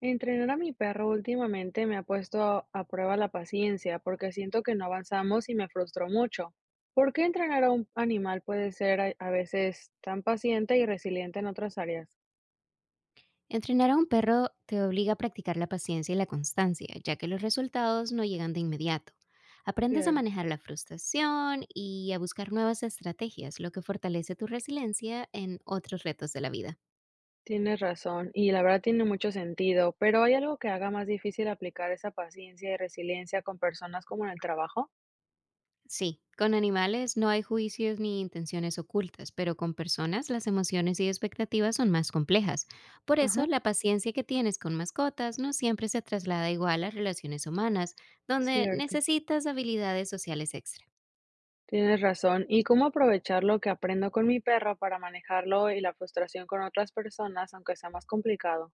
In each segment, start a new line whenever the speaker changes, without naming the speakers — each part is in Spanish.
Entrenar a mi perro últimamente me ha puesto a prueba la paciencia porque siento que no avanzamos y me frustró mucho. ¿Por qué entrenar a un animal puede ser a veces tan paciente y resiliente en otras áreas?
Entrenar a un perro te obliga a practicar la paciencia y la constancia, ya que los resultados no llegan de inmediato. Aprendes a
Cierto,
manejar la frustración y a buscar nuevas estrategias, lo que fortalece tu resiliencia en otros retos de la vida.
tienes razón y la verdad tiene mucho sentido, pero ¿hay algo que haga más difícil aplicar esa paciencia y resiliencia con personas como en el trabajo?
Sí, con animales no hay juicios ni intenciones ocultas, pero con personas las emociones y expectativas son más complejas. Por eso,
Ajá,
la paciencia que tienes con mascotas no siempre se traslada igual a relaciones humanas, donde
cierto,
necesitas habilidades sociales extra.
tienes razón. ¿Y cómo aprovechar lo que aprendo con mi perro para manejarlo y la frustración con otras personas, aunque sea más complicado?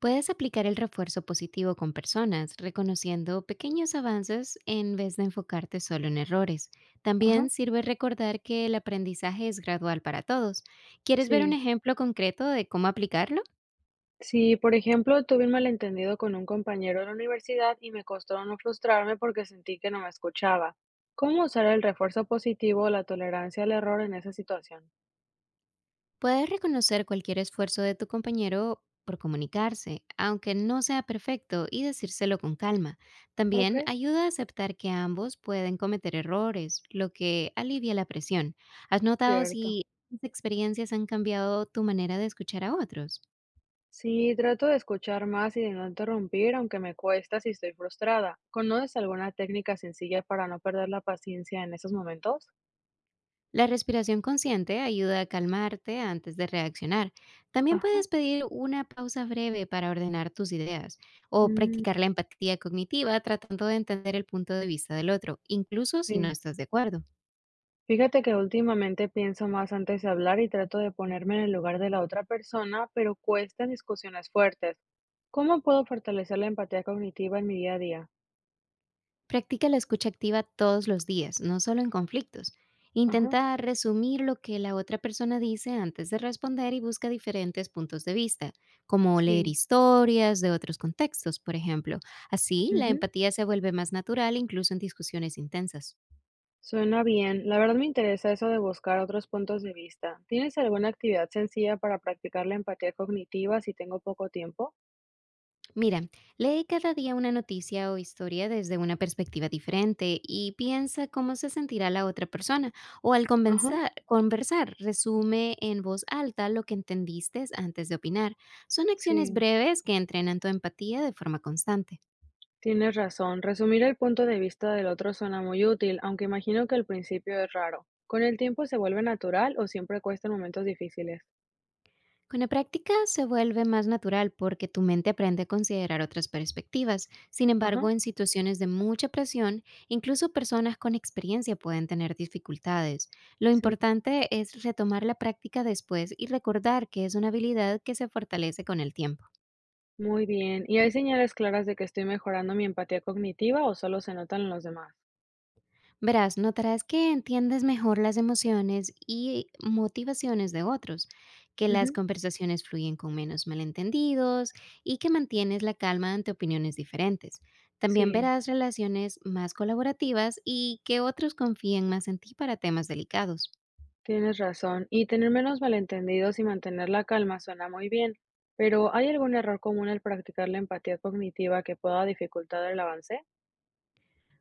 Puedes aplicar el refuerzo positivo con personas, reconociendo pequeños avances en vez de enfocarte solo en errores. También
Ajá.
sirve recordar que el aprendizaje es gradual para todos. ¿Quieres ver un
Sí,
ejemplo concreto de cómo aplicarlo?
sí, por ejemplo, tuve un malentendido con un compañero de la universidad y me costó no frustrarme porque sentí que no me escuchaba. ¿Cómo usar el refuerzo positivo o la tolerancia al error en esa situación?
Puedes reconocer cualquier esfuerzo de tu compañero por comunicarse, aunque no sea perfecto, y decírselo con calma.
Ok,
También ayuda a aceptar que ambos pueden cometer errores, lo que alivia la presión. ¿Has notado
cierto.
si estas experiencias han cambiado tu manera de escuchar a otros?
Sí, trato de escuchar más y de no interrumpir, aunque me cuesta si estoy frustrada. ¿Conoces alguna técnica sencilla para no perder la paciencia en esos momentos?
La respiración consciente ayuda a calmarte antes de reaccionar. También
Ajá.
puedes pedir una pausa breve para ordenar tus ideas o
mm,
practicar la empatía cognitiva tratando de entender el punto de vista del otro, incluso si no
sí.
estás de acuerdo.
Fíjate que últimamente pienso más antes de hablar y trato de ponerme en el lugar de la otra persona, pero cuesta en discusiones fuertes. ¿Cómo puedo fortalecer la empatía cognitiva en mi día a día?
Practica la escucha activa todos los días, no solo en conflictos.
Ajá,
Intenta resumir lo que la otra persona dice antes de responder y busca diferentes puntos de vista, como leer
sí.
historias de otros contextos, por ejemplo. Así, la
Ujú,
empatía se vuelve más natural incluso en discusiones intensas.
suena bien. La verdad me interesa eso de buscar otros puntos de vista. ¿Tienes alguna actividad sencilla para practicar la empatía cognitiva si tengo poco tiempo?
Mira, lee cada día una noticia o historia desde una perspectiva diferente y piensa cómo se sentirá la otra persona o al
Ajá,
conversar, resume en voz alta lo que entendiste antes de opinar. Son acciones
sí.
breves que entrenan tu empatía de forma constante.
Tienes razón, resumir el punto de vista del otro suena muy útil, aunque imagino que al principio es raro. ¿Con el tiempo se vuelve natural o siempre cuestan momentos difíciles?
Con la práctica se vuelve más natural porque tu mente aprende a considerar otras perspectivas. Sin
Ajá,
embargo, en situaciones de mucha presión, incluso personas con experiencia pueden tener dificultades. Lo
sí.
importante es retomar la práctica después y recordar que es una habilidad que se fortalece con el tiempo.
Muy bien. ¿Y hay señales claras de que estoy mejorando mi empatía cognitiva o solo se notan en los demás?
Verás, notarás que entiendes mejor las emociones y motivaciones de otros, que las
Ujú.
conversaciones fluyen con menos malentendidos y que mantienes la calma ante opiniones diferentes. También
Sí,
verás relaciones más colaborativas y que otros confíen más en ti para temas delicados.
tienes razón. Y tener menos malentendidos y mantener la calma suena muy bien, pero ¿hay algún error común al practicar la empatía cognitiva que pueda dificultar el avance?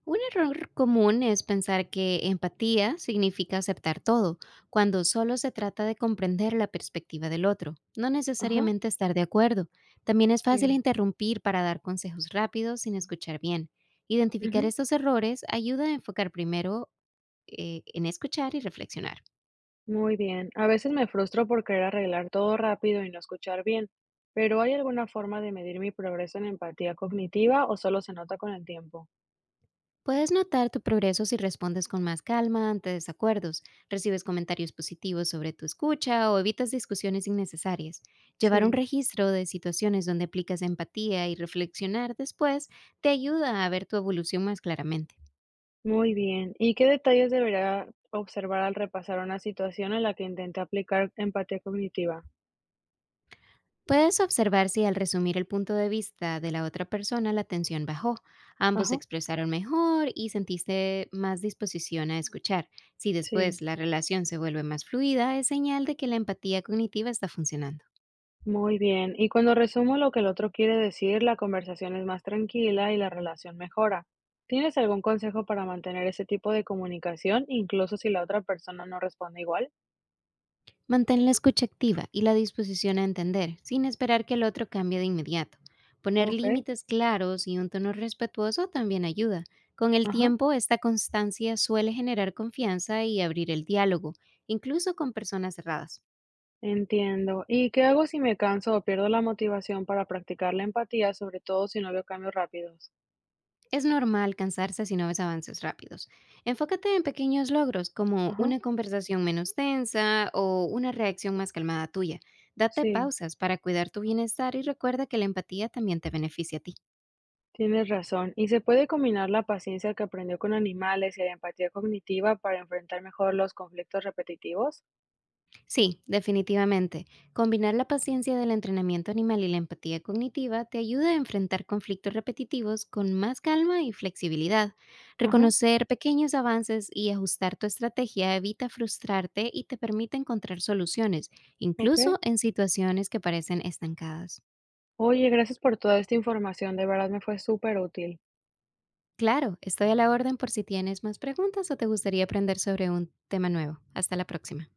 Un error común es pensar que empatía significa aceptar todo, cuando solo se trata de comprender la perspectiva del otro, no
Ajá,
necesariamente estar de acuerdo. También es fácil
sí.
interrumpir para dar consejos rápidos sin escuchar bien. Identificar
Ujú.
estos errores ayuda a enfocar primero en escuchar y reflexionar.
Muy bien. A veces me frustro por querer arreglar todo rápido y no escuchar bien, pero ¿hay alguna forma de medir mi progreso en empatía cognitiva o solo se nota con el tiempo?
Puedes notar tu progreso si respondes con más calma ante desacuerdos, recibes comentarios positivos sobre tu escucha o evitas discusiones innecesarias. Llevar un
Sí,
registro de situaciones donde aplicas empatía y reflexionar después te ayuda a ver tu evolución más claramente.
muy bien. ¿Y qué detalles debería observar al repasar una situación en la que intenté aplicar empatía cognitiva?
Puedes observar si al resumir el punto de vista de la otra persona la tensión bajó, ambos se
Ajá,
expresaron mejor y sentiste más disposición a escuchar. Si
sí,
después la relación se vuelve más fluida, es señal de que la empatía cognitiva está funcionando.
muy bien. Y cuando resumo lo que el otro quiere decir, la conversación es más tranquila y la relación mejora. ¿Tienes algún consejo para mantener ese tipo de comunicación, incluso si la otra persona no responde igual?
Mantén la escucha activa y la disposición a entender, sin esperar que el otro cambie de inmediato. Poner
Ok.
límites claros y un tono respetuoso también ayuda. Con el
Ajá,
tiempo, esta constancia suele generar confianza y abrir el diálogo, incluso con personas cerradas.
entiendo. ¿Y qué hago si me canso o pierdo la motivación para practicar la empatía, sobre todo si no veo cambios rápidos?
Es normal cansarse si no ves avances rápidos. Enfócate en pequeños logros, como
Ajá,
una conversación menos tensa o una reacción más calmada tuya. Date
sí,
pausas para cuidar tu bienestar y recuerda que la empatía también te beneficia a ti.
tienes razón. ¿Y se puede combinar la paciencia que aprendió con animales y la empatía cognitiva para enfrentar mejor los conflictos repetitivos?
Sí, definitivamente. Combinar la paciencia del entrenamiento animal y la empatía cognitiva te ayuda a enfrentar conflictos repetitivos con más calma y flexibilidad.
Ajá,
Reconocer pequeños avances y ajustar tu estrategia evita frustrarte y te permite encontrar soluciones, incluso
ok.
en situaciones que parecen estancadas.
Oye, gracias por toda esta información, de verdad me fue súper útil.
Claro, estoy a la orden por si tienes más preguntas o te gustaría aprender sobre un tema nuevo. Hasta la próxima.